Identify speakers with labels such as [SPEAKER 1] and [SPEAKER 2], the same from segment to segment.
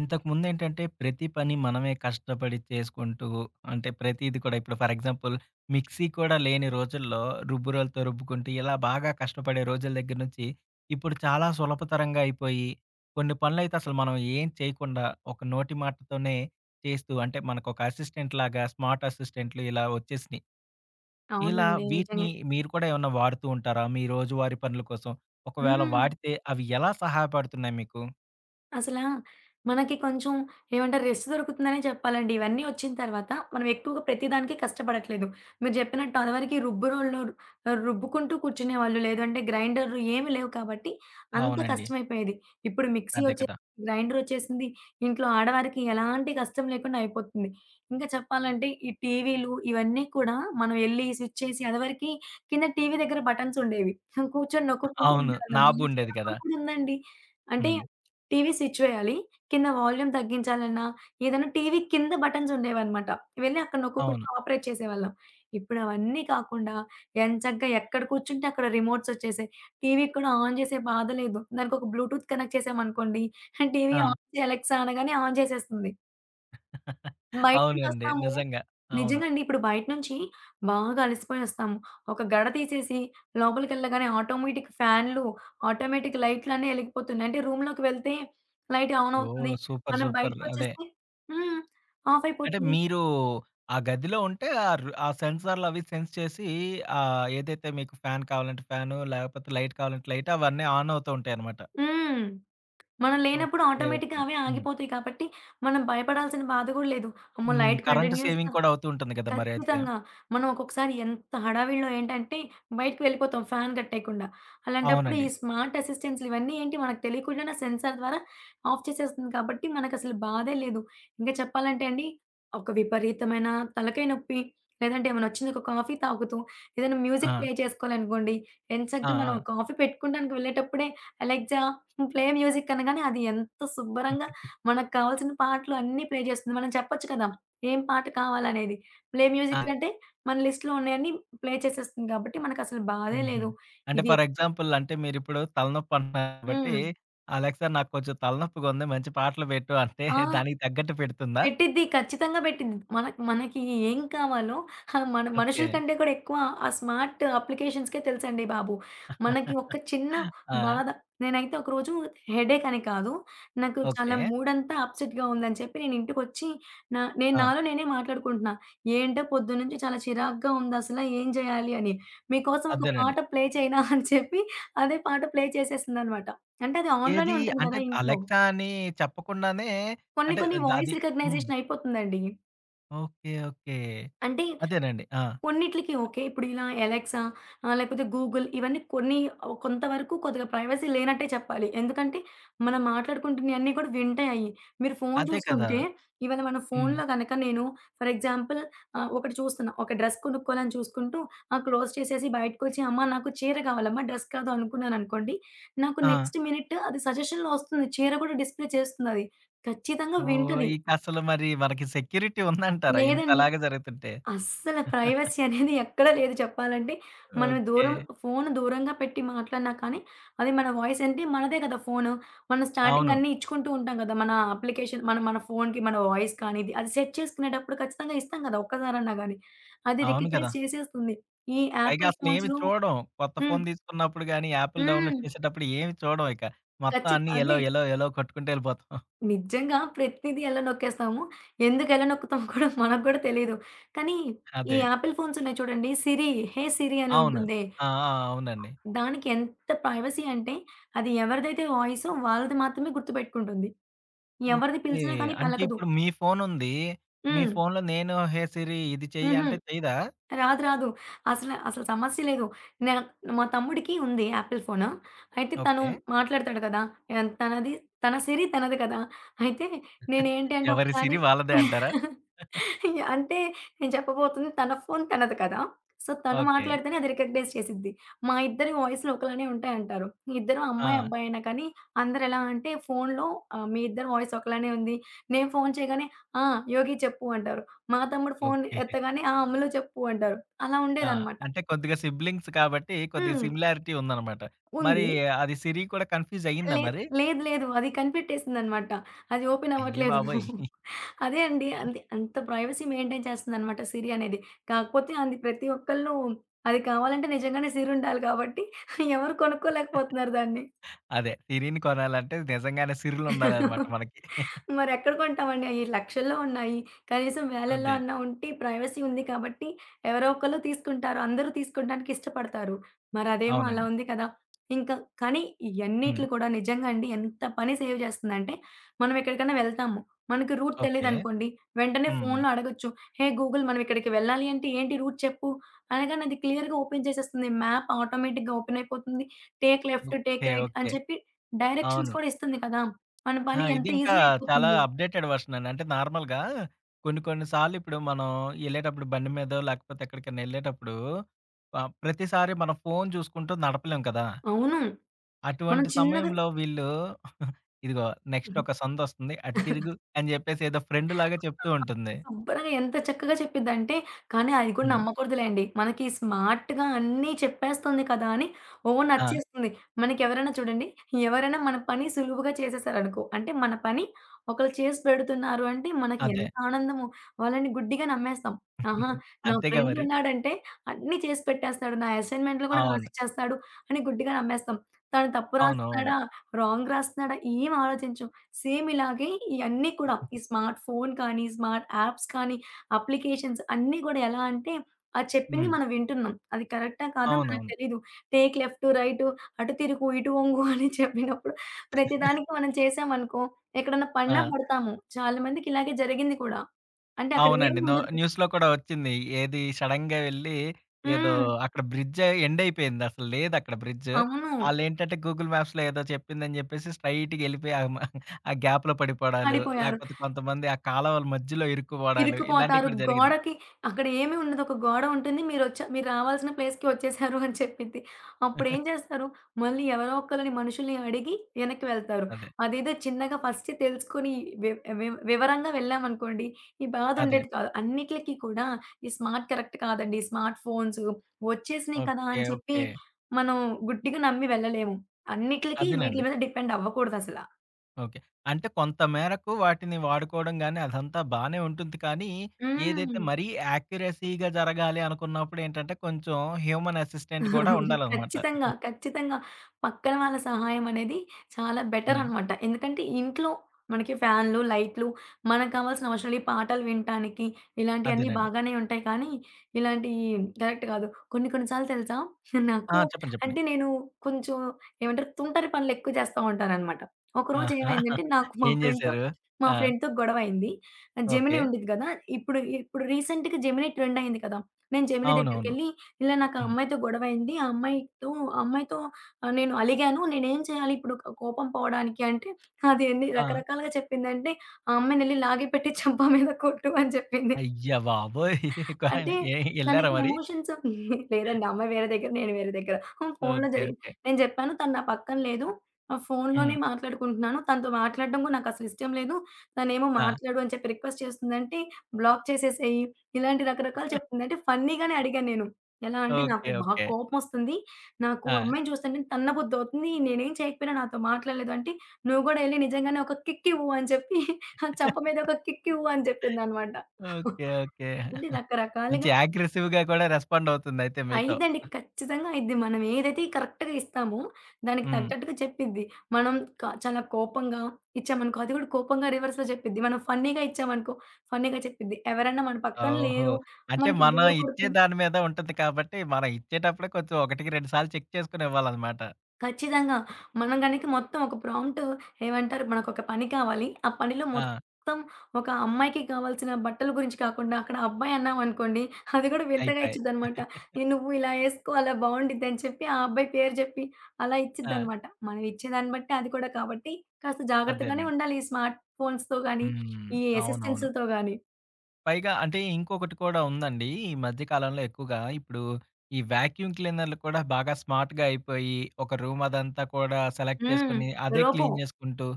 [SPEAKER 1] ఇంతకుముందేంటంటే, ప్రతి పని మనమే కష్టపడి చేసుకుంటూ అంటే, ప్రతీది కూడా ఇప్పుడు ఫర్ ఎగ్జాంపుల్ మిక్సీ కూడా లేని రోజుల్లో రుబ్బురోలుతో రుబ్బుకుంటూ, ఇలా బాగా కష్టపడే రోజుల దగ్గర నుంచి, ఇప్పుడు చాలా సులభతరంగా అయిపోయి, కొన్ని పనులైతే అసలు మనం ఏం చేయకుండా, ఒక నోటి మాటతోనే చేస్తూ అంటే, మనకొక అసిస్టెంట్ లాగా స్మార్ట్ అసిస్టెంట్లు ఇలా వచ్చేసినియి. ఇలా
[SPEAKER 2] అవునండి.
[SPEAKER 1] వీటిని
[SPEAKER 2] నిజమే.
[SPEAKER 1] మీరు కూడా ఏమన్నా వాడుతూ ఉంటారా? మీ రోజువారీ పనుల కోసం? ఒకవేళ
[SPEAKER 2] హ్మ్.
[SPEAKER 1] వాడితే అవి ఎలా సహాయపడుతున్నాయి మీకు?
[SPEAKER 2] అసలా మనకి కొంచెం ఏమంటారు, రెస్ట్ దొరుకుతుందనే చెప్పాలండి. ఇవన్నీ వచ్చిన తర్వాత మనం ఎక్కువగా ప్రతిదానికి కష్టపడట్లేదు. మీరు చెప్పినట్టు అదివరకి రుబ్బు రోల్లో రుబ్బుకుంటూ కూర్చునేవాళ్ళు. లేదంటే గ్రైండర్లు ఏమి లేవు కాబట్టి అంత
[SPEAKER 1] అవునండి.
[SPEAKER 2] కష్టమైపోయేది. ఇప్పుడు మిక్సీ
[SPEAKER 1] అదే
[SPEAKER 2] వచ్చేసింది,
[SPEAKER 1] కదా!
[SPEAKER 2] గ్రైండర్ వచ్చేసింది. ఇంట్లో ఆడవారికి ఎలాంటి కష్టం లేకుండా అయిపోతుంది. ఇంకా చెప్పాలంటే ఈ టీవీలు ఇవన్నీ కూడా మనం ఎళ్లి స్విచ్ చేసి అదివరకి కింద టీవీ దగ్గర బటన్స్ ఉండేవి. కూర్చొని నొక్కుకుంటూ
[SPEAKER 1] అవును.
[SPEAKER 2] ఉండేవాళ్ళం. మా
[SPEAKER 1] నాబుండేది కదా!
[SPEAKER 2] చిన్నప్పుడు కూడా ఉందండి. అంటే
[SPEAKER 1] హ్మ్.
[SPEAKER 2] టీవీ స్విచ్ వేయాలి. కింద వాల్యూమ్ తగ్గించాలన్నా, ఏదైనా టీవీ కింద బటన్స్ ఉండేవన్నమాట. వెళ్లి అక్కడ నొక్కుకుంటూ
[SPEAKER 1] అవును.
[SPEAKER 2] ఆపరేట్ చేసేవాళ్ళం. ఇప్పుడు అవన్నీ కాకుండా ఎంచక్కా ఎక్కడ కూర్చుంటే అక్కడ రిమోట్స్ వచ్చేసాయి. టీవీ కూడా ఆన్ చేసే బాధ లేదు. దానికొక బ్లూటూత్ కనెక్ట్ చేశామనుకోండి, టీవీ
[SPEAKER 1] ఆ!
[SPEAKER 2] ఆన్ చేయి అలెక్సా అనగానే ఆన్ చేసేస్తుంది. బయట
[SPEAKER 1] అవునండి.
[SPEAKER 2] నుంచొస్తాము.
[SPEAKER 1] నిజంగా. అవును.
[SPEAKER 2] నిజంగండి. ఇప్పుడు బయట నుంచి బాగా అలసిపోయొస్తాము. ఒక గడ తీసేసి లోపలికెళ్ళగానే ఆటోమేటిక్ ఫ్యాన్‌లు, ఆటోమేటిక్ లైట్‌లన్నీ ఎలిగిపోతున్నాయి. అంటే రూమ్‌లోకి వెళ్తే లైట్ ఆన్
[SPEAKER 1] ఓహ్!
[SPEAKER 2] అవుతుంది.
[SPEAKER 1] సూపర్.
[SPEAKER 2] మనం
[SPEAKER 1] సూపర్. అదే.
[SPEAKER 2] బయటకొచ్చేస్తే హ్మ్. ఆఫ్
[SPEAKER 1] అంటే
[SPEAKER 2] అయిపోతుంది.
[SPEAKER 1] మీరు ఆ గదిలో ఉంటే ఆర్ ఆ సెన్సార్‌లవి సెన్స్ చేసి ఏదైతే మీకు ఫ్యాన్ కావాలంటే ఫ్యాను, లేకపోతే లైట్ కావాలంటే లైట్ అవన్నీ ఆన్ అవుతూ ఉంటాయన్నమాట.
[SPEAKER 2] హ్మ్. మనం లేనప్పుడు
[SPEAKER 1] ఓకే.
[SPEAKER 2] ఆటోమేటిక్‌గా
[SPEAKER 1] ఓకే.
[SPEAKER 2] అవే
[SPEAKER 1] హ్మ్.
[SPEAKER 2] ఆగిపోతాయి కాబట్టి, మనం భయపడాల్సిన బాధ గూడా లేదు. అమ్మో!
[SPEAKER 1] హ్మ్.
[SPEAKER 2] లైట్
[SPEAKER 1] కరెంట్
[SPEAKER 2] కంటిన్యూయస్‌గా
[SPEAKER 1] సేవింగ్ కూడా అవుతూ ఉంటుంది కదా! మరి అయితే.
[SPEAKER 2] ఖచ్చితంగా. మనం ఒక్కొక్కసారి ఎంత హడావిడిలో ఏంటంటే, బయటికి వెళ్ళిపోతాం ఫ్యాన్ కట్టేయకుండా. అలాంటప్పుడు ఈ
[SPEAKER 1] అవునండి.
[SPEAKER 2] స్మార్ట్ అసిస్టెంట్స్‌లు ఇవన్నీ ఏంటి మనకు తెలియకుండానే సెన్సార్ ద్వారా ఆఫ్ చేసేస్తుంది కాబట్టి, మనకసలు బాధే లేదు. ఇంకా చెప్పాలంటే అండి, ఒక విపరీతమైన తలకాయ నొప్పి, లేదంటే ఏమైనా వచ్చింది ఒక కాఫీ తాగుతూ, ఏదైనా మ్యూజిక్
[SPEAKER 1] ఆ!
[SPEAKER 2] ప్లే చేసుకోవాలనుకోండి,
[SPEAKER 1] ఆ!
[SPEAKER 2] ఎంచక్కా మనం
[SPEAKER 1] ఆ!
[SPEAKER 2] కాఫీ పెట్టుకుండానికి వెళ్ళేటప్పుడే, "అలెక్సా ప్లే మ్యూజిక్" అనగానే అది ఎంత శుభ్రంగా మనకు కావాల్సిన పాటలు అన్నీ ప్లే చేస్తుంది. మనం చెప్పొచ్చు కదా! ఏం పాట కావాలనేది. ప్లే
[SPEAKER 1] ఆ!
[SPEAKER 2] మ్యూజిక్ అంటే మన లిస్ట్‌లో ఉన్నయన్నీ ప్లే చేసేస్తుంది కాబట్టి మనకసలు బాధే
[SPEAKER 1] హుహు.
[SPEAKER 2] లేదు.
[SPEAKER 1] అంటే
[SPEAKER 2] ఇది
[SPEAKER 1] ఫర్ ఎగ్జాంపుల్ అంటే మీరిప్పుడు తలనొప్పి అంటున్నారు కాబట్టి,
[SPEAKER 2] హ్మ్.
[SPEAKER 1] "అలెక్సా నాకు కొంచెం తలనొప్పిగా ఉంది మంచి పాటలు పెట్టు" అంటే
[SPEAKER 2] ఆ!
[SPEAKER 1] దానికి తగ్గట్టు పెడుతుందా?
[SPEAKER 2] పెట్టిద్ది. ఖచ్చితంగా పెట్టిద్ది. మనకి మనకి ఏం కావాలో మన
[SPEAKER 1] ఓకే.
[SPEAKER 2] మనుషుల కంటే కూడా ఎక్కువ ఆ స్మార్ట్ అప్లికేషన్స్‌కే తెలుసండి బాబు. మనకి ఒక చిన్న
[SPEAKER 1] ఆ!
[SPEAKER 2] బాధ, నేనైతే ఒకరోజు హెడేక్ అని కాదు, నాకు చాలా
[SPEAKER 1] ఓకే.
[SPEAKER 2] మూడంతా అప్సెట్‌గా ఉందని చెప్పి నేను ఇంటికొచ్చి నా నేను
[SPEAKER 1] ఆ!
[SPEAKER 2] నాలో నేనే మాట్లాడుకుంటున్నా. ఏంటో పొద్దున్నుంచి చాలా చిరాకుగా ఉందసల, ఏం చేయాలి అని. మీకోసం ఒక
[SPEAKER 1] అదేనండి.
[SPEAKER 2] పాట ప్లే చేయనా అని చెప్పి అదే పాట ప్లే చేసేసిందనమాట. అంటే అది ఆన్‌లోనే
[SPEAKER 1] ఏది
[SPEAKER 2] ఉంటుంది
[SPEAKER 1] అంటే
[SPEAKER 2] కదా ఇంట్లో.
[SPEAKER 1] అలెక్సా అని చెప్పకుండానే
[SPEAKER 2] కొన్ని
[SPEAKER 1] అంటే
[SPEAKER 2] కొన్ని
[SPEAKER 1] ద
[SPEAKER 2] వాయిస్
[SPEAKER 1] అది హ్మ్.
[SPEAKER 2] రికగ్నైజేషన్ అయిపోతుందండి.
[SPEAKER 1] ఓకే. ఓకే.
[SPEAKER 2] అంటే
[SPEAKER 1] అదేనండి. ఆ!
[SPEAKER 2] కొన్నిట్లికి ఓకే. ఇప్పుడు ఇలా ఎలెక్సా లేకపోతే గూగుల్ ఇవన్నీ కొన్ని కొంతవరకు కొద్దిగా ప్రైవసీ లేనట్టే చెప్పాలి. ఎందుకంటే మనం మాట్లాడుకుంటున్నయన్నీ కూడా వింటాయి అయి. మీరు ఫోను
[SPEAKER 1] అదే కదా!
[SPEAKER 2] చూసుకుంటే ఇవాళ మన
[SPEAKER 1] హ్మ్.
[SPEAKER 2] ఫోనులో గనక నేను ఫర్ ఎగ్జాంపుల్ ఒకటి చూస్తున్నా. ఒక డ్రెస్ కొనుక్కోవాలని చూసుకుంటూ క్లోజ్ చేసేసి బయటకొచ్చి అమ్మ నాకు చీర కావాలమ్మా డ్రెస్ కాదు అనుకున్నాననుకోండి. నాకు
[SPEAKER 1] ఆ!
[SPEAKER 2] నెక్స్ట్ మినిట్ అది సజెషన్‌లో వస్తుంది. చీర కూడా డిస్‌ప్లే చేస్తుందది. ఖచ్చితంగా
[SPEAKER 1] ఓహ్!
[SPEAKER 2] వింటది.
[SPEAKER 1] ఇక అసలు మరి మనకి సెక్యూరిటీ ఉందంటారా
[SPEAKER 2] లేదండి,
[SPEAKER 1] ఇంతలాగా జరుగుతుంటే?
[SPEAKER 2] అస్సల ప్రైవసీ అనేది ఎక్కడ లేదు చెప్పాలంటే. మనం
[SPEAKER 1] ఓకే.
[SPEAKER 2] దూరం, ఫోను దూరంగా పెట్టి మాట్లాడినా కానీ, అది మన వాయిస్ అంటే మనదే కదా ఫోను. మనం స్టార్టింగ్
[SPEAKER 1] అవును.
[SPEAKER 2] అన్నీ ఇచ్చుకుంటూ ఉంటాం కదా! మన అప్లికేషన్ మన మన ఫోన్‌కి మన వాయిస్ కానీ అది సెట్ చేసుకునేటప్పుడు ఖచ్చితంగా ఇస్తాం కదా! ఒక్కసారన్నా గాని. అది
[SPEAKER 1] అవును కదా!
[SPEAKER 2] రికగ్నైజ్ చేసేస్తుంది. ఈ
[SPEAKER 1] పైగా
[SPEAKER 2] యాపిల్
[SPEAKER 1] అసలేమి
[SPEAKER 2] ఫోన్స్‌లో
[SPEAKER 1] చూడం. కొత్త
[SPEAKER 2] హ్మ్.
[SPEAKER 1] ఫోన్ తీసుకున్నప్పుడు గాని, యాప్‌లు
[SPEAKER 2] హ్మ్.
[SPEAKER 1] డౌన్‌లోడ్ చేసేటప్పుడు ఏమి చూడం ఇక. మొత్తం అన్నీ ఎలో,
[SPEAKER 2] అదే.
[SPEAKER 1] ఎలో, ఎలో కొట్టుకుంటూ ఎళ్ళిపోతాం.
[SPEAKER 2] నిజంగా ప్రతిదీ ఎలా నొక్కేస్తాము. ఎందుకు ఎలా నొక్కుతామో కూడా మనకు గూడా తెలీదు. కానీ ఈ
[SPEAKER 1] అదే.
[SPEAKER 2] యాపిల్ ఫోన్స్ ఉన్నాయి చూడండి. సిరి, హే సిరి అని
[SPEAKER 1] అవును.
[SPEAKER 2] ఉంటుంది.
[SPEAKER 1] ఆ! ఆ! అవునండి.
[SPEAKER 2] దానికి ఎంత ప్రైవసీ అంటే అది ఎవరిదైతే వాయిసో వాళ్ళది మాత్రమే గుర్తుపెట్టుకుంటుంది. ఎవరిది
[SPEAKER 1] ఓకే.
[SPEAKER 2] పిలిచినా కానీ
[SPEAKER 1] అంటే
[SPEAKER 2] పలకదు.
[SPEAKER 1] ఇప్పుడు మీ ఫోనుంది. మీ
[SPEAKER 2] హ్మ్.
[SPEAKER 1] ఫోన్‌లో నేను 'హే సిరి ఇది చెయ్యి'
[SPEAKER 2] హుహు.
[SPEAKER 1] అంటే చెయ్యదా?
[SPEAKER 2] రాదు. రాదు. అసలు సమస్య లేదు. నా మా తమ్ముడికి ఉంది యాపిల్ ఫోను. అయితే తను
[SPEAKER 1] ఓకే.
[SPEAKER 2] మాట్లాడతాడు కదా! తనది తన సిరి తనది కదా! అయితే నేనేంటి అంటే
[SPEAKER 1] ఎవరి
[SPEAKER 2] ఒకసారి
[SPEAKER 1] సిరి వాళ్ళదే అంటారా?
[SPEAKER 2] అంటే నేను చెప్పబోతుంది, తన ఫోన్ తనది కదా! సో, తను
[SPEAKER 1] ఓకే.
[SPEAKER 2] మాట్లాడితేనే అది రికగ్నైజ్ చేసిద్ది. మా ఇద్దరి వాయిస్‌లు ఒకలానే ఉంటాయంటారు. ఇద్దరు అమ్మాయి,
[SPEAKER 1] ఆ!
[SPEAKER 2] అబ్బాయి అయినా కానీ అందరెలా అంటే ఫోన్‌లో మీ ఇద్దరి వాయిస్ ఒకలానే ఉంది. నేను ఫోన్ చేయగానే ఆ! యోగి చెప్పు అంటారు. మా తమ్ముడు ఫోన్
[SPEAKER 1] ఓకే.
[SPEAKER 2] ఎత్తగానే, "ఆ! అమ్మలో చెప్పు" అంటారు. అలా
[SPEAKER 1] ఆ!
[SPEAKER 2] ఉండేదనమాట.
[SPEAKER 1] అంటే కొద్దిగా సిబ్లింగ్స్ కాబట్టి కొద్దిగా
[SPEAKER 2] హ్మ్.
[SPEAKER 1] సిమిలారిటీ ఉందనమాట. మరి
[SPEAKER 2] ఉంది.
[SPEAKER 1] అది సిరి కూడా కన్‌ఫ్యూజ్ అయ్యిందా
[SPEAKER 2] లేదు,
[SPEAKER 1] మరి?
[SPEAKER 2] లేదు, లేదు. అది కనిపెట్టేసిందనమాట. అది ఓపెన్
[SPEAKER 1] అయ్య
[SPEAKER 2] అవ్వట్లేదు.
[SPEAKER 1] బాబోయ్!
[SPEAKER 2] అదే అండి. అంతే, అంత ప్రైవసీ మెయింటైన్ చేస్తుందనమాట సిరి అనేది. కాకపోతే అది ప్రతి ఒక్కళ్ళు, అది కావాలంటే నిజంగానే సిరుండాలి కాబట్టి ఎవరు కొనుక్కోలేకపోతున్నారు దాన్ని.
[SPEAKER 1] అదే. సిరిని కొనాలంటే నిజంగానే సిరులుండాలనమాట మనకి.
[SPEAKER 2] మరెక్కడ కొంటామండి? అయి లక్షల్లో ఉన్నాయి. కనీసం వేలల్లో
[SPEAKER 1] అదే.
[SPEAKER 2] అన్నా ఉంటే ప్రైవసీ ఉంది కాబట్టి ఎవరో ఒకళ్ళు తీసుకుంటారు. అందరూ తీసుకోడానికి ఇష్టపడతారు. మరదేమో అలా
[SPEAKER 1] అవునండి.
[SPEAKER 2] ఉంది కదా! ఇంకా కానీ
[SPEAKER 1] హ్మ్.
[SPEAKER 2] ఇయన్నిట్లు కూడా నిజంగా అండి ఎంత పని సేవ్ చేస్తుందంటే, మనం ఎక్కడికైనా వెళ్తాము. మనకు రూట్
[SPEAKER 1] ఓకే.
[SPEAKER 2] తెలీదనుకోండి, వెంటనే
[SPEAKER 1] హ్మ్.
[SPEAKER 2] ఫోన్‌లో అడగొచ్చు. "హే గూగుల్ మనం ఇక్కడికి వెళ్ళాలి అంటే ఏంటి రూట్ చెప్పు" అనగానే అది క్లియర్‌గా ఓపెన్ చేసేస్తుంది. మ్యాప్ ఆటోమేటిక్‌గా ఓపెన్ అయిపోతుంది. Take left,
[SPEAKER 1] okay.
[SPEAKER 2] Take right
[SPEAKER 1] okay.
[SPEAKER 2] అని చెప్పి డైరెక్షన్స్
[SPEAKER 1] అవును.
[SPEAKER 2] కూడా ఇస్తుంది కదా! మన
[SPEAKER 1] ఆ!
[SPEAKER 2] పని
[SPEAKER 1] ఇది
[SPEAKER 2] ఎంత
[SPEAKER 1] ఇంకా
[SPEAKER 2] ఈజీ
[SPEAKER 1] చాలా
[SPEAKER 2] అయిపోతుంది.
[SPEAKER 1] అప్‌డేటెడ్ వెర్షన్ అండి. అంటే నార్మల్‌గా కొన్ని కొన్ని సార్లు ఇప్పుడు మనం ఎళ్ళేటప్పుడు బండి మీదో లేకపోతే ఎక్కడికైనా ఎళ్ళేటప్పుడు ప్రతిసారి మనం ఫోను చూసుకుంటూ నడపలేం కదా!
[SPEAKER 2] అవును. మనం
[SPEAKER 1] అటువంటి
[SPEAKER 2] చిన్నగా
[SPEAKER 1] సమయంలో వీళ్ళు ఇదిగో నెక్స్ట్ ఒక సందొస్తుంది. అటు
[SPEAKER 2] హుహు.
[SPEAKER 1] తిరుగు అని చెప్పేసి ఏదో ఫ్రెండ్‌లాగా చెప్తూ ఉంటుంది.
[SPEAKER 2] శుభ్రంగా ఎంత చక్కగా చెప్పిద్దంటే, కానీ అది కూడా
[SPEAKER 1] హ్మ్.
[SPEAKER 2] నమ్మకూడదులేండి. మనకి స్మార్ట్‌గా అన్నీ చెప్పేస్తుంది కదా అని ఓ
[SPEAKER 1] ఆ!
[SPEAKER 2] నచ్చేస్తుంది. మనకెవరైనా చూడండి, ఎవరైనా మన పని సులువుగా చేసేసారనుకో, అంటే మన పని ఒకళ్ళు చేసి పెడుతున్నారు అంటే మనకి
[SPEAKER 1] అదే.
[SPEAKER 2] ఎంత ఆనందమో! వాళ్ళని గుడ్డిగా నమ్మేస్తాం. ఆహా! నా
[SPEAKER 1] అంతేగా
[SPEAKER 2] ఫ్రెండ్
[SPEAKER 1] మరి.
[SPEAKER 2] ఉన్నాడంటే అన్నీ చేసి పెట్టేస్తాడు. నా అసైన్‌మెంట్‌లు కూడా
[SPEAKER 1] అవును.
[SPEAKER 2] రాసిచ్చేస్తాడు అని గుడ్డిగా నమ్మేస్తాం. తను తప్పు
[SPEAKER 1] అవునవును.
[SPEAKER 2] రాస్తున్నాడా? రాంగ్ రాస్తున్నాడా? ఏం ఆలోచించం. సేమ్ ఇలాగే ఇయన్నీ కూడా ఈ స్మార్ట్ ఫోన్ కానీ, స్మార్ట్ యాప్స్ కానీ, అప్లికేషన్స్ అన్నీ గూడా ఎలా అంటే, అది చెప్పింది
[SPEAKER 1] హ్మ్.
[SPEAKER 2] మనం వింటున్నాం. అది కరెక్టా? కాదా? మనకు
[SPEAKER 1] అవునవును.
[SPEAKER 2] తెలీదు. టేక్ లెఫ్ట్, రైట్ అటు తిరుగు, ఇటు ఒంగు అని చెప్పినప్పుడు ప్రతిదానికి మనం చేశామనుకో, ఎక్కడన్నా
[SPEAKER 1] ఆ!
[SPEAKER 2] పడినా పడతాము. చాలా మందికి ఇలాగే జరిగింది కూడా. అంటే అక్కడ
[SPEAKER 1] అవునండి.
[SPEAKER 2] ఏమి
[SPEAKER 1] నో
[SPEAKER 2] ఉండదు.
[SPEAKER 1] న్యూస్‌లో కూడా వచ్చింది. ఏది సడెన్‌గా వెళ్లి ఏదో
[SPEAKER 2] హ్మ్.
[SPEAKER 1] అక్కడ బ్రిడ్జ్ ఎండ్ అయిపోయింది. అసలు లేదక్కడ బ్రిడ్జ్.
[SPEAKER 2] అవును.
[SPEAKER 1] ఆళ్ళేంటంటే గూగుల్ మ్యాప్స్‌లో ఏదో చెప్పిందని చెప్పేసి స్ట్రెయిట్‌గా ఎళ్ళిపోయి ఆ గ్యాప్‌లో పడిపోవడాలు,
[SPEAKER 2] పడిపోయారు.
[SPEAKER 1] లేకపోతే కొంతమంది ఆ కాలవల మధ్యలో ఇరుక్కుపోవడాలు ఇలాంటివి
[SPEAKER 2] ఇరుక్కుపోతారు.
[SPEAKER 1] కూడా జరిగినాయి.
[SPEAKER 2] గోడకి అక్కడ ఏమీ ఉండదు. ఒక గోడ ఉంటుంది. మీరు రావాల్సిన ప్లేస్‌కి వచ్చేసారు అని చెప్పిద్ది. అప్పుడేం చేస్తారు? మళ్ళీ ఎవరో ఒకళ్ళని మనుషుల్ని అడిగి వెనక్కి వెళ్తారు.
[SPEAKER 1] అదే.
[SPEAKER 2] అదేదో చిన్నగా ఫస్ట్ తెలుసుకొని వి వి వివరంగా వెళ్ళామనుకోండి, ఈ బాధ
[SPEAKER 1] అదే.
[SPEAKER 2] ఉండేది కాదు. అన్నిట్లకి కూడా ఈ స్మార్ట్ కరెక్ట్ కాదండి. స్మార్ట్ ఫోన్స్ వచ్చేసినాయి కదా
[SPEAKER 1] ఓకే.
[SPEAKER 2] అని చెప్పి
[SPEAKER 1] ఓకే.
[SPEAKER 2] మనం గుడ్డిగా నమ్మి వెళ్ళలేము. అన్నిట్లకి వీట్ల
[SPEAKER 1] అదేనండి.
[SPEAKER 2] మీద డిపెండ్ అవ్వకూడదసల.
[SPEAKER 1] ఓకే. అంటే కొంత మేరకు వాటిని వాడుకోవడం గాని, అదంతా బానే ఉంటుంది కానీ, ఏదైతే
[SPEAKER 2] హ్మ్.
[SPEAKER 1] మరీ యాక్యురసీ‌గా జరగాలి అనుకున్నప్పుడు ఏంటంటే, కొంచెం హ్యూమన్ అసిస్టెంట్ కూడా ఉండాలనమాట.
[SPEAKER 2] ఖచ్చితంగా. ఖచ్చితంగా. పక్కన వాళ్ళ సహాయం అనేది చాలా
[SPEAKER 1] హ్మ్.
[SPEAKER 2] బెటరనమాట. ఎందుకంటే ఇంట్లో మనకి ఫ్యాన్‌లు, లైట్‌లు మనకు కావాల్సిన అవసరం లేదు. ఈ పాటలు వినటానికి ఇలాంటియన్నీ
[SPEAKER 1] అదేనండి.
[SPEAKER 2] బాగానే ఉంటాయి. కానీ ఇలాంటియి కరెక్ట్ కాదు. కొన్ని కొన్ని సార్లు తెలుసా
[SPEAKER 1] ఆ!
[SPEAKER 2] నాకు,
[SPEAKER 1] చెప్పండి. చెప్పండి.
[SPEAKER 2] అంటే నేను కొంచెం ఏమంటారు తుంటరి పనులెక్కువ చేస్తా ఉంటాననమాట. ఒకరోజు
[SPEAKER 1] ఆహా!
[SPEAKER 2] ఏమైందంటే నాకు
[SPEAKER 1] ఏం జేశారు?
[SPEAKER 2] మా
[SPEAKER 1] ఆ!
[SPEAKER 2] ఫ్రెండ్‌తో గొడవయింది. Gemini
[SPEAKER 1] okay.
[SPEAKER 2] ఉండిద్ది గదా! ఇప్పుడు ఇప్పుడు రీసెంట్‌గా జెమినీ ట్రెండ్ అయింది కదా! నేను జెమినీ
[SPEAKER 1] అవునవును.
[SPEAKER 2] దగ్గరికెళ్ళి ఇలా నాకు ఆ
[SPEAKER 1] హ్మ్.
[SPEAKER 2] అమ్మాయితో గొడవయింది. ఆ అమ్మాయితో నేను అలిగాను. నేనేం చేయాలి ఇప్పుడు కోపం పోవడానికి అంటే, అది ఎన్ని
[SPEAKER 1] ఆ!
[SPEAKER 2] రకరకాలుగా చెప్పిందంటే, ఆ అమ్మాయినెళ్లి లాగి పెట్టి చెంప మీద కొట్టు అని చెప్పింది.
[SPEAKER 1] అయ్య బాబోయ్! కా
[SPEAKER 2] అంటే
[SPEAKER 1] ఏ ఎళ్లారా
[SPEAKER 2] తనకి
[SPEAKER 1] మరి?
[SPEAKER 2] ఎమోషన్స్ లేదండి. ఆ అమ్మాయి వేరే దగ్గర, నేను వేరే దగ్గర. హ్మ్. ఫోనులో
[SPEAKER 1] ఓకే.
[SPEAKER 2] జరిగింది.
[SPEAKER 1] ఓకే.
[SPEAKER 2] నేను జెప్పాను తను నా పక్కన లేదు. ఆ
[SPEAKER 1] హ్మ్.
[SPEAKER 2] ఫోనులోనే మాట్లాడుకుంటున్నాను. తనతో మాట్లాడడం గూడా నాకసలు ఇష్టం లేదు. తనేమో
[SPEAKER 1] ఆ!
[SPEAKER 2] మాట్లాడు అని చెప్పి రిక్వెస్ట్ చేస్తుందంటే, బ్లాక్ చేసేసేయి. ఇలాంటి రకరకాలు చెప్తుంది. అంటే ఫన్నీగానే అడిగాను నేను. ఎలా అంటే నాకు
[SPEAKER 1] ఓకే.
[SPEAKER 2] బాగా
[SPEAKER 1] ఓకే.
[SPEAKER 2] కోపమొస్తుంది. నాకు
[SPEAKER 1] ఆ!
[SPEAKER 2] అమ్మాయిని చూస్తుంటే తన్నబుద్దవుతుంది. నేనేం చేయకపోయినా నాతో మాట్లాడలేదు అంటే, "నువ్వు గూడా ఎళ్లి నిజంగానే ఒక కిక్ ఇవ్వు" అని చెప్పి, చంప మీద ఒక కిక్ ఇవ్వు అని చెప్పిందనమాట.
[SPEAKER 1] ఓకే. ఓకే.
[SPEAKER 2] అంటే
[SPEAKER 1] మంచి
[SPEAKER 2] రకరకాలుగా
[SPEAKER 1] అగ్రెసివ్‌గా కూడా రెస్పాండ్ అవుతుందయితే మీతో.
[SPEAKER 2] అయిద్దండి. ఖచ్చితంగా అయిద్ది. మనం ఏదైతే కరెక్ట్‌గా ఇస్తామో దానికి
[SPEAKER 1] హ్మ్.
[SPEAKER 2] తగ్గట్టుగా చెప్పిద్ది. మనం చాలా కోపంగా ఇచ్చామనుకో, అది కూడా కోపంగా రివర్స్‌లో చెప్పిద్ది. మనం ఫన్నీగా ఇచ్చామనుకో, ఫన్నీగా చెప్పిద్ది. ఎవరైనా మన పక్కన
[SPEAKER 1] ఓహో!
[SPEAKER 2] లేరు,
[SPEAKER 1] అంటే
[SPEAKER 2] మనకి
[SPEAKER 1] మనం
[SPEAKER 2] బోర్
[SPEAKER 1] ఇచ్చే
[SPEAKER 2] కొడుతుంది
[SPEAKER 1] దాని మీద ఉంటది కాబట్టి, మనం ఇచ్చేటప్పుడే కొంచెం ఒకటికి రెండు సార్లు చెక్ చేసుకొని ఇవ్వాలన్నమాట.
[SPEAKER 2] ఖచ్చితంగా. మనం గనక మొత్తం ఒక ప్రాంప్ట్ ఏమంటారు మనకొక పని కావాలి. ఆ పనిలో మొత్తం
[SPEAKER 1] ఆ!
[SPEAKER 2] ఒక అమ్మాయికి కావాల్సిన బట్టల గురించి కాకుండా అక్కడ అబ్బాయి అన్నామనుకోండి అది కూడా వింతగా
[SPEAKER 1] అయిపాయి.
[SPEAKER 2] ఇచ్చిద్దనమాట. "ఏ నువ్వు ఇలా ఏసుకో అలా బావుండిద్దని" చెప్పి ఆ అబ్బాయి పేరు జెప్పి అలా
[SPEAKER 1] ఆ!
[SPEAKER 2] ఇచ్చిద్దనమాట. మనం ఇచ్చేదాన్ని బట్టి అది కూడా కాబట్టి కాస్త జాగ్రత్తగానే
[SPEAKER 1] అదేనండి.
[SPEAKER 2] ఉండాలి. ఈ స్మార్ట్ ఫోన్స్‌తో గాని,
[SPEAKER 1] హ్మ్.
[SPEAKER 2] ఈ
[SPEAKER 1] అవునవును.
[SPEAKER 2] అసిస్టెంట్స్‌లతో గాని.
[SPEAKER 1] పైగా అంటే ఇంకొకటి కూడా ఉందండి. ఈ మధ్య కాలంలో ఎక్కువగా ఇప్పుడు ఈ వాక్యూమ్ క్లీనర్‌లు కూడా బాగా స్మార్ట్‌గా అయిపోయి, ఒక రూమ్ అదంతా కూడా సెలెక్ట్
[SPEAKER 2] హ్మ్.
[SPEAKER 1] చేసుకొని, అదే
[SPEAKER 2] రూపం.
[SPEAKER 1] క్లీన్ చేసుకుంటూ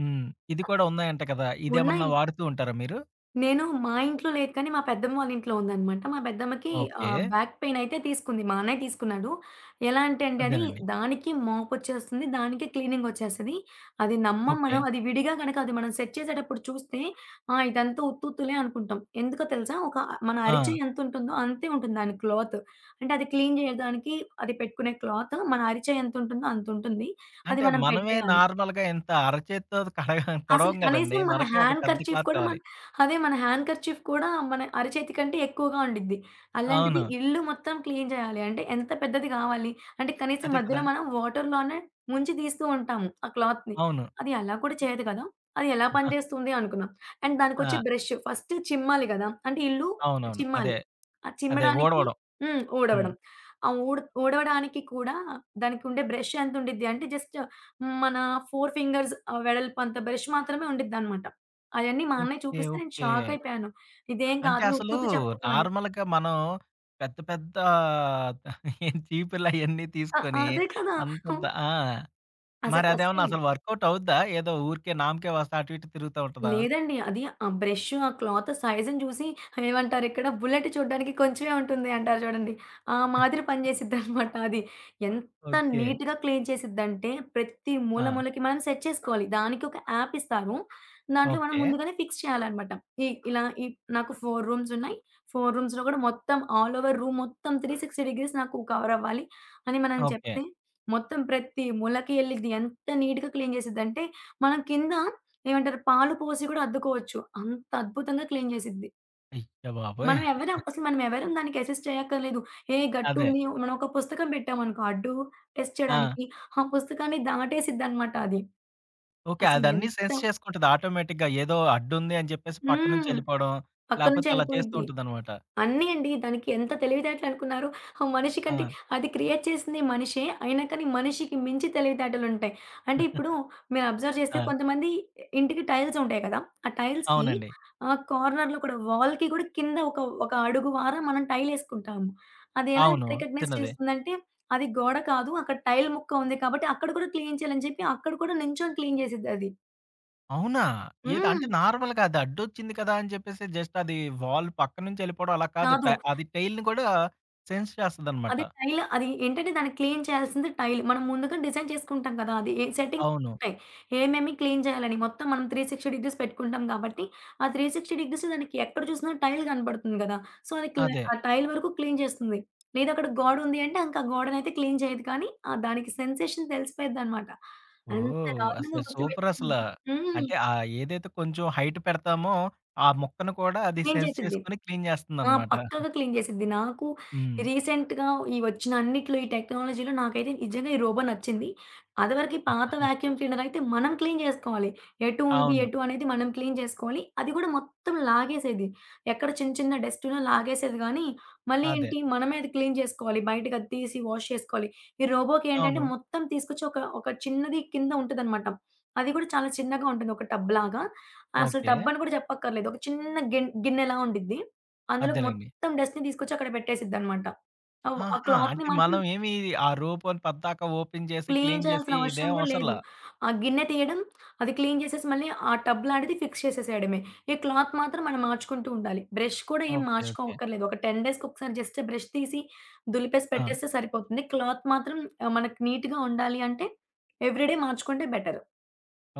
[SPEAKER 1] హ్మ్. ఇది కూడా ఉన్నాయంట కదా! ఇదేమన్నా
[SPEAKER 2] ఉన్నాయి.
[SPEAKER 1] వాడుతూ ఉంటారా మీరు?
[SPEAKER 2] నేను మా ఇంట్లో లేదు కానీ, మా పెద్దమ్మ వాళ్ళ ఇంట్లో ఉందనమాట. మా పెద్దమ్మకి
[SPEAKER 1] ఓకే.
[SPEAKER 2] బ్యాక్ పెయిన్ అయితే తీసుకుంది. మా అన్నయ్య తీసుకున్నాడు. ఎలా అంటే అండి అది
[SPEAKER 1] అదేనండి.
[SPEAKER 2] దానికి మోపొచ్చేస్తుంది. దానికి క్లీనింగ్ ఒచ్చేస్తది. అది నమ్మం
[SPEAKER 1] ఓకే.
[SPEAKER 2] మనం. అది విడిగా గనక అది మనం సెట్ చేసేటప్పుడు చూస్తే, ఆ! ఇదంతా ఉత్తుత్తులే అనుకుంటాం. ఎందుకో తెలుసా? ఒక మన
[SPEAKER 1] ఆ!
[SPEAKER 2] అరిచెయ్యి ఎంతుంటుందో అంతే ఉంటుంది దాని క్లాత్. అంటే అది క్లీన్ జేయడానికి అది పెట్టుకునే క్లాత్ మన అరిచెయ్యి ఎంతుంటుందో అంతుంటుంది. అది
[SPEAKER 1] అంటే
[SPEAKER 2] మనం
[SPEAKER 1] మనమే
[SPEAKER 2] పెట్టేయాలి.
[SPEAKER 1] నార్మల్‌గా ఇంత అరచేత్తో కడగ
[SPEAKER 2] అసలు
[SPEAKER 1] తొడవం గదండీ!
[SPEAKER 2] కనీసం మన
[SPEAKER 1] మనకే ఒక
[SPEAKER 2] హ్యాండ్
[SPEAKER 1] పెద్ద
[SPEAKER 2] కర్చీఫ్
[SPEAKER 1] క్లాత్
[SPEAKER 2] కూడా మన,
[SPEAKER 1] కావాలి.
[SPEAKER 2] అదే మన హ్యాండ్ కర్చీఫ్ కూడా మన అరచేతి కంటే ఎక్కువగా ఉండిద్ది. అలాంటిది
[SPEAKER 1] అవును.
[SPEAKER 2] ఇల్లు మొత్తం క్లీన్ చేయాలి అంటే ఎంత పెద్దది కావాలి? అంటే కనీసం
[SPEAKER 1] అదే కదా!
[SPEAKER 2] మధ్యలో మనం వాటర్‌లోనే ముంచి తీస్తూ ఉంటాము ఆ క్లాత్‌ని.
[SPEAKER 1] అవును.
[SPEAKER 2] అది అలా కూడా చేయదు కదా! అది ఎలా పనిచేస్తుంది అనుకున్నాం. అండ్ దానికొచ్చే
[SPEAKER 1] ఆ!
[SPEAKER 2] బ్రష్ ఫస్ట్ చిమ్మాలి కదా! అంటే ఇల్లు
[SPEAKER 1] అవునవును. అదే.
[SPEAKER 2] చిమ్మాలి. ఆ
[SPEAKER 1] అదే
[SPEAKER 2] చిమ్మడానికి
[SPEAKER 1] ఊడవడం. హ్మ్.
[SPEAKER 2] ఊడవడం. ఆ ఊడ్ ఊడవడానికి కూడా దానికుండే బ్రష్ ఎంత ఉండిద్ది అంటే జస్ట్ మన 4 ఫింగర్స్ వెడల్పంత బ్రష్ మాత్రమే ఉండిద్దనమాట. అయన్నీ మా అన్నయ్య
[SPEAKER 1] ఓకే.
[SPEAKER 2] చూపిస్తే నేను
[SPEAKER 1] ఓకే.
[SPEAKER 2] షాకయిపోయాను. ఇదేం
[SPEAKER 1] అంటే
[SPEAKER 2] కాదులే
[SPEAKER 1] అసలు
[SPEAKER 2] ఉత్తుత్తి చెప్పకు అని.
[SPEAKER 1] నార్మల్‌గా మనం పెద్ద పెద్ద చీపుర్లయన్నీ
[SPEAKER 2] ఆ!
[SPEAKER 1] తీసుకొని
[SPEAKER 2] అదే కదా!
[SPEAKER 1] అంతంత ఆ!
[SPEAKER 2] అసలు
[SPEAKER 1] మరదేమన్నా
[SPEAKER 2] కష్టం.
[SPEAKER 1] అసలు వర్కౌట్ అవుద్దా? ఏదో ఊరికే నామకే వాస్తా అటు ఇటు తిరుగుతా ఉంటదా?
[SPEAKER 2] లేదండి. అది ఆ బ్రష్, ఆ క్లాత్ సైజ్‌ని చూసి ఏమంటారిక్కడ బుల్లెట్ చూడ్డానికి కొంచెమే ఉంటుంది అంటారు చూడండి. ఆ మాదిరి పని చేసిద్దనమాట అది. ఎంత
[SPEAKER 1] ఓకే.
[SPEAKER 2] నీట్‌గా క్లీన్ చేసిద్దంటే ప్రతి మూల,
[SPEAKER 1] ఆ!
[SPEAKER 2] మూలకి మనం సెట్ చేసుకోవాలి. దానికి ఒక యాప్ ఇస్తారు. దాంట్లో మనం
[SPEAKER 1] ఓకే.
[SPEAKER 2] ముందుగానే ఫిక్స్ చేయాలనమాట. ఈ ఇలా ఈ నాకు 4 రూమ్స్ ఉన్నాయి. 4 రూమ్స్‌లో కూడా మొత్తం ఆల్ ఓవర్ రూమ్ మొత్తం 360 డిగ్రీస్ నాకు కవర్ అవ్వాలి అని మనం
[SPEAKER 1] ఓకే.
[SPEAKER 2] చెప్తే మొత్తం ప్రతి మూలకి ఎళ్ళిద్ది. ఎంత నీట్‌గా క్లీన్ చేసిద్దంటే మనం కింద ఏమంటారు? పాలు పోసి కూడా అద్దుకోవచ్చు. అంత అద్భుతంగా క్లీన్ చేసిద్ది.
[SPEAKER 1] అయ్య బాబోయ్!
[SPEAKER 2] మనం ఎవరం అసలు మనం ఎవరం దానికి అసిస్ట్ చేయక్కర్లేదు. ఏ
[SPEAKER 1] అదే.
[SPEAKER 2] గట్టుంది మనం ఒక పుస్తకం పెట్టామనుకో అడ్డు టెస్ట్
[SPEAKER 1] ఆ!
[SPEAKER 2] చేయడానికి, ఆ పుస్తకాన్ని దాటేసిద్దనమాట అది.
[SPEAKER 1] ఓకే.
[SPEAKER 2] అసలు
[SPEAKER 1] అదన్నీ
[SPEAKER 2] ఎంత
[SPEAKER 1] సెన్స్ చేసుకుంటది ఆటోమేటిక్‌గా. ఏదో అడ్డుంది అని చెప్పేసి పక్క నుంచి
[SPEAKER 2] హ్మ్.
[SPEAKER 1] ఎళ్ళిపోవడం, లేకపోతే అలా చేస్తూ
[SPEAKER 2] పక్కనుంచెళ్ళిపోయిద్ది.
[SPEAKER 1] ఉంటుందనమాట.
[SPEAKER 2] అన్నీ అండి. దానికి ఎంత తెలివితేటలనుకున్నారు. ఆ మనిషి
[SPEAKER 1] ఆ!
[SPEAKER 2] కంటే అది క్రియేట్ చేసింది మనిషే. అయినా కానీ మనిషికి మించి తెలివితేటలుంటాయి. అంటే ఇప్పుడు మీరు అబ్జర్వ్ చేస్తే
[SPEAKER 1] ఆ!
[SPEAKER 2] కొంతమంది ఇంటికి టైల్స్ ఉంటాయి కదా! ఆ టైల్స్‌కి
[SPEAKER 1] అవునండి.
[SPEAKER 2] కార్నర్‌లో కూడా వాల్‌కి కూడా కింద ఒక అడుగు వార మనం టైలేసుకుంటాము. అది ఎలా
[SPEAKER 1] అవును.
[SPEAKER 2] రికగ్నైజ్
[SPEAKER 1] చిన్నది.
[SPEAKER 2] చేస్తుందంటే అది గోడ కాదు. అక్కడ టైల్ ముక్క ఉంది కాబట్టి అక్కడ కూడా క్లీన్ చేయాలని చెప్పి అక్కడ కూడా నించొని క్లీన్ చేసిద్దది.
[SPEAKER 1] అవునా! ఏది అంటే
[SPEAKER 2] హ్మ్.
[SPEAKER 1] నార్మల్‌గా అది అడ్డొచ్చింది కదా! అని చెప్పేసి జస్ట్ అది వాల్ పక్క నుంచి ఎళ్ళిపోవడం అలా కాదు.
[SPEAKER 2] కాదు.
[SPEAKER 1] అది టెయిల్‌ని కూడా సెన్స్ చేస్తదనమాట.
[SPEAKER 2] అదే టైల్ అది ఏంటంటే దాన్ని క్లీన్ చేయాల్సింది టైల్. మనం ముందుగా డిజైన్ చేసుకుంటాం కదా! అది ఏ సెట్టింగ్స్
[SPEAKER 1] అవును.
[SPEAKER 2] ఉంటాయి. ఏమేమి క్లీన్ చేయాలని మొత్తం మనం 360 డిగ్రీస్ పెట్టుకుంటాం కాబట్టి, ఆ 360 డిగ్రీస్ దానికి ఎక్కడ చూసినా టైల్ కనపడుతుంది కదా! సో, అది క్లే
[SPEAKER 1] అదే.
[SPEAKER 2] ఆ టైల్ వరకు క్లీన్ చేస్తుంది. లేదు అక్కడ గోడ ఉంది అంటే ఇంక ఆ గోడనైతే అయితే క్లీన్ చేయదు కానీ, ఆ దానికి సెన్సేషన్ తెలిసిపోయిద్దనమాట. అంత
[SPEAKER 1] ఓహ్!
[SPEAKER 2] దారుణంగా
[SPEAKER 1] అసలు సూపరసల.
[SPEAKER 2] గుర్తుపెట్టుకునిద్ది. హ్మ్.
[SPEAKER 1] అంటే ఏదైతే కొంచెం హైట్ పెడతామో, ఆ మొక్కను కూడా అది
[SPEAKER 2] క్లీన్
[SPEAKER 1] సెన్స్
[SPEAKER 2] చేసిద్ది.
[SPEAKER 1] చేసుకొని క్లీన్
[SPEAKER 2] ఆ!
[SPEAKER 1] చేస్తుందనమాట.
[SPEAKER 2] పక్కాగా క్లీన్ చేసిద్ది. నాకు
[SPEAKER 1] హ్మ్.
[SPEAKER 2] రీసెంట్‌గా ఈ వచ్చిన అన్నిట్లో ఈ టెక్నాలజీలో నాకైతే నిజంగా ఈ రోబో నచ్చింది. అదివరకి పాత వాక్యూమ్ క్లీనర్ అయితే మనం క్లీన్ చేసుకోవాలి. ఎటు ఉంది,
[SPEAKER 1] అవును.
[SPEAKER 2] ఎటు అనేది మనం క్లీన్ చేసుకోవాలి. అది కూడా మొత్తం లాగేసేది. ఎక్కడ చిన్న చిన్న డస్ట్ ఉన్నా లాగేసేది గానీ, మళ్ళీ
[SPEAKER 1] అదే.
[SPEAKER 2] ఏంటి మనమే అది క్లీన్ చేసుకోవాలి. బయటకి అది తీసి వాష్ చేసుకోవాలి. ఈ రోబోకి
[SPEAKER 1] అవును.
[SPEAKER 2] ఏంటంటే మొత్తం తీసుకొచ్చి ఒక ఒక చిన్నది కింద ఉంటదనమాట. అది కూడా చాలా చిన్నగా ఉంటుంది ఒక టబ్‌లాగా. అసలు
[SPEAKER 1] ఓకే.
[SPEAKER 2] టబ్బని కూడా చెప్పక్కర్లేదు. ఒక చిన్న గిన్నెలా ఉండిద్ది. అందులోకి
[SPEAKER 1] అదేలెండి.
[SPEAKER 2] మొత్తం డస్ట్‌ని తీసుకొచ్చి అక్కడ పెట్టేసిద్దనమాట. ఆ
[SPEAKER 1] ఆహా!
[SPEAKER 2] క్లాత్‌ని
[SPEAKER 1] అంటే
[SPEAKER 2] మాత్రం
[SPEAKER 1] మనం ఏమి ఆ రూపం పద్దాక ఓపెన్ చేసి,
[SPEAKER 2] క్లీన్
[SPEAKER 1] క్లీన్ చేసి
[SPEAKER 2] చేయాల్సిన అవసరం
[SPEAKER 1] ఇదేం
[SPEAKER 2] కూడా లేదు.
[SPEAKER 1] అవసరంలా.
[SPEAKER 2] ఆ గిన్నె తీయడం, అది క్లీన్ చేసేసి మళ్ళీ ఆ టబ్ లాంటిది ఫిక్స్ చేసేసేయడమే. ఈ క్లాత్ మాత్రం మనం మార్చుకుంటూ ఉండాలి. బ్రష్ కూడా ఏం
[SPEAKER 1] ఓకే. ఓకే.
[SPEAKER 2] మార్చుకోవక్కర్లేదు. ఒక 10 డేస్‌కి ఒకసారి జస్ట్ బ్రష్ తీసి దులిపేసి
[SPEAKER 1] ఆ!
[SPEAKER 2] పెట్టేస్తే సరిపోతుంది. క్లాత్ మాత్రం మనకి నీట్‌గా ఉండాలి అంటే ఎవ్రీడే మార్చుకుంటే బెటర్.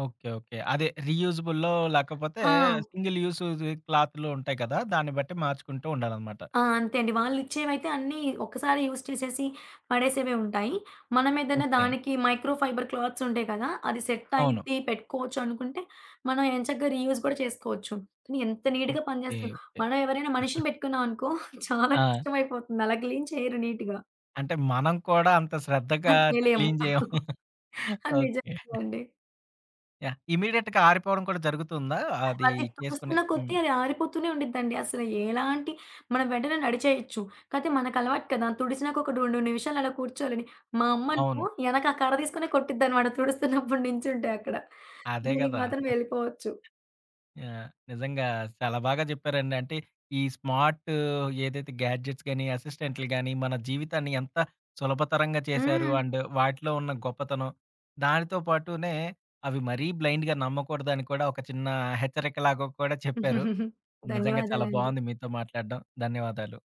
[SPEAKER 1] ఓకే. ఓకే. అదే రీయూజబుల్లో లేకపోతే
[SPEAKER 2] ఆ!
[SPEAKER 1] సింగిల్ యూజుది క్లాతులు ఉంటాయి కదా! దాన్ని బట్టి మార్చుకుంటూ ఉండాలనమాట.
[SPEAKER 2] ఆ! అంతే అండి. వాళ్ళిచ్చేవైతే అన్నీ ఒక్కసారి యూజ్ చేసేసి పడేసేవే ఉంటాయి. మనమేదైనా
[SPEAKER 1] ఓకే.
[SPEAKER 2] దానికి మైక్రో ఫైబర్ క్లాత్స్ ఉంటాయి కదా! అది సెట్
[SPEAKER 1] అవును.
[SPEAKER 2] అయిద్ది, పెట్టుకోవచ్చు అనుకుంటే, మనం ఎంచక్కా రీయూజ్ కూడా చేసుకోవచ్చు. కానీ ఎంత నీట్‌గా
[SPEAKER 1] ఓకే.
[SPEAKER 2] పనిచేస్తాయో.
[SPEAKER 1] ఓకే.
[SPEAKER 2] మనం ఎవరైనా మనిషిని పెట్టుకున్నాం అనుకో చాలా
[SPEAKER 1] ఆ!
[SPEAKER 2] కష్టమైపోతుంది. అలా క్లీన్ చేయరు నీట్‌గా.
[SPEAKER 1] అంటే మనం కూడా అంత శ్రద్ధగా
[SPEAKER 2] అది చేయలేము.
[SPEAKER 1] క్లీన్ చేయము.
[SPEAKER 2] అది
[SPEAKER 1] ఓకే.
[SPEAKER 2] నిజంగానే అండి.
[SPEAKER 1] యాహ్! ఇమ్మీడియేట్‌గా ఆరిపోవడం కూడా జరుగుతుందా? అది
[SPEAKER 2] అది
[SPEAKER 1] చేసుకుని
[SPEAKER 2] తుడుస్తున్న
[SPEAKER 1] హ్మ్.
[SPEAKER 2] కొద్దీ అది ఆరిపోతూనే ఉండిద్దండి. అసలు ఎలాంటి మనం వెంటనే నడిచేయొచ్చు. కాతే మనకలవాటు కదా! తుడిచినాక ఒక 2, 3 నిమిషాలు అలా కూర్చోవాలని. మా
[SPEAKER 1] అవును.
[SPEAKER 2] అమ్మనుకో ఎనక ఆ కర్ర తీసుకునే కొట్టిద్దనమాట తుడుస్తున్నప్పుడు నించుంటే అక్కడ.
[SPEAKER 1] అదే
[SPEAKER 2] దీనికి
[SPEAKER 1] గదా!
[SPEAKER 2] మాత్రం వెళ్ళిపోవచ్చు.
[SPEAKER 1] యాహ్! నిజంగా చాలా బాగా చెప్పారండి. అంటే ఈ స్మార్ట్ ఏదైతే గ్యాడ్జెట్స్ గాని, అసిస్టెంట్‌లు గాని మన జీవితాన్ని ఎంత సులభతరంగా చేశారు.
[SPEAKER 2] హ్మ్.
[SPEAKER 1] అండ్ వాటిలో ఉన్న గొప్పతనం, దానితో పాటునే అవి మరీ బ్లైండ్‌గా నమ్మకూడదని కూడా ఒక చిన్న హెచ్చరికలాగా కూడా చెప్పారు. నిజంగా చాలా
[SPEAKER 2] ధన్యవాదాలండి.
[SPEAKER 1] బావుంది మీతో మాట్లాడడం. ధన్యవాదాలు.